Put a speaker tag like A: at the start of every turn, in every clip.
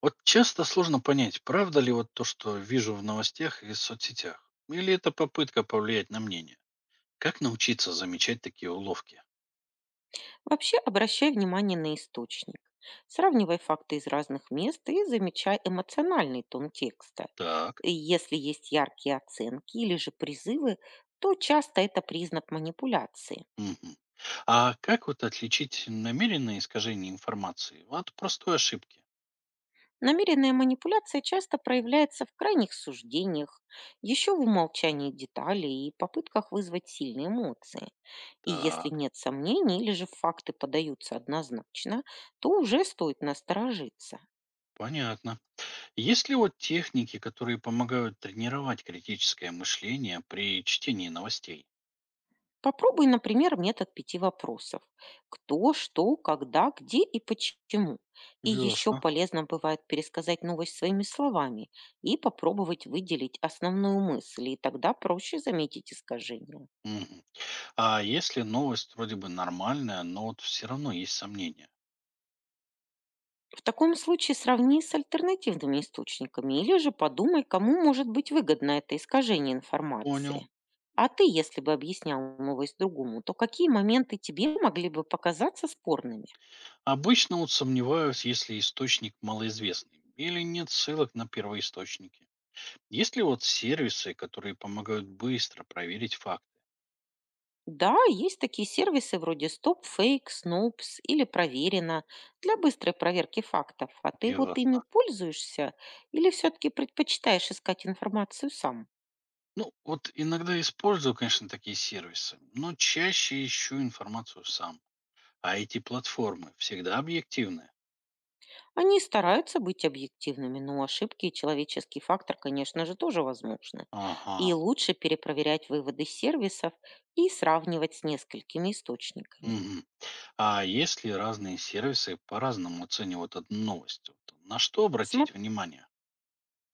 A: Вот часто сложно понять, правда ли вот то, что вижу в новостях и соцсетях. Или это попытка повлиять на мнение. Как научиться замечать такие уловки?
B: Вообще обращай внимание на источник. Сравнивай факты из разных мест и замечай эмоциональный тон текста.
A: Так.
B: И если есть яркие оценки или же призывы, то часто это признак манипуляции.
A: Мгм. А как вот отличить намеренное искажение информации от простой ошибки?
B: Намеренная манипуляция часто проявляется в крайних суждениях, еще в умолчании деталей и попытках вызвать сильные эмоции. И если
A: Так,
B: нет сомнений или же факты подаются однозначно, то уже стоит насторожиться.
A: понятно. Есть ли вот техники, которые помогают тренировать критическое мышление при чтении новостей?
B: Попробуй, например, метод пяти вопросов. Кто, что, когда, где и почему. И еще
A: Ясно.
B: полезно бывает пересказать новость своими словами и попробовать выделить основную мысль, и тогда проще заметить искажения.
A: Мгм. А если новость вроде бы нормальная, но вот все равно есть сомнения?
B: В таком случае сравни с альтернативными источниками или же подумай, кому может быть выгодно это искажение
A: Понял.
B: информации. А ты, если бы объяснял новость другому, то какие моменты тебе могли бы показаться спорными?
A: Обычно вот сомневаюсь, если источник малоизвестный или нет ссылок на первоисточники. Есть ли вот сервисы, которые помогают быстро проверить факты?
B: Да, есть такие сервисы вроде StopFake, Snopes или Проверено для быстрой проверки фактов. А ты вот ими
A: Ясно.
B: пользуешься или все-таки предпочитаешь искать информацию сам?
A: Ну, вот иногда использую, конечно, такие сервисы, но чаще ищу информацию сам. А эти платформы всегда объективны?
B: Они стараются быть объективными, но ошибки и человеческий фактор, конечно же, тоже возможны.
A: Ага.
B: И лучше перепроверять выводы сервисов и сравнивать с несколькими источниками.
A: Мгм. А если разные сервисы по-разному оценивают одну новость, вот на что обратить внимание?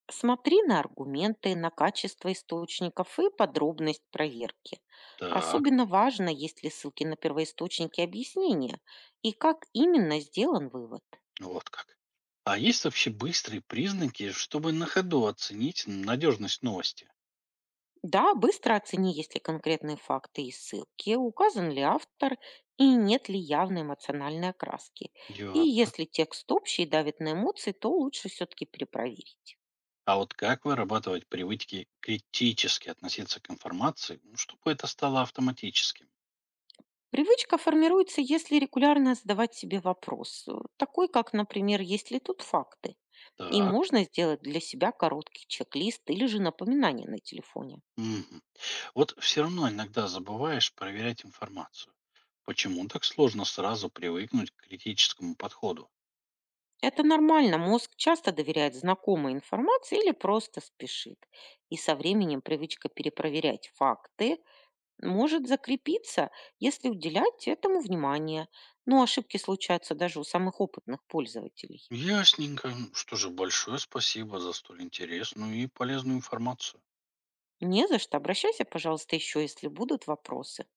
B: Смотри на аргументы, на качество источников и подробность проверки.
A: Так.
B: Особенно важно, есть ли ссылки на первоисточники объяснения и как именно сделан вывод.
A: Вот как. А есть вообще быстрые признаки, чтобы на ходу оценить надежность новости?
B: Да, быстро оцени, есть ли конкретные факты и ссылки, указан ли автор и нет ли явной эмоциональной окраски. И
A: Ясно.
B: если текст общий и давит на эмоции, то лучше все-таки перепроверить.
A: А вот как вырабатывать привычки критически относиться к информации, ну, чтобы это стало автоматическим?
B: Привычка формируется, если регулярно задавать себе вопрос, такой как, например, есть ли тут факты, и
A: Так.
B: можно сделать для себя короткий чек-лист или же напоминание на телефоне.
A: Мгм. Вот все равно иногда забываешь проверять информацию. Почему так сложно сразу привыкнуть к критическому подходу?
B: Это нормально, мозг часто доверяет знакомой информации или просто спешит. И со временем привычка перепроверять факты может закрепиться, если уделять этому внимание. Но ошибки случаются даже у самых опытных пользователей.
A: Ясненько. Ну, что же, большое спасибо за столь интересную и полезную информацию.
B: Не за что, обращайся, пожалуйста, еще, если будут вопросы.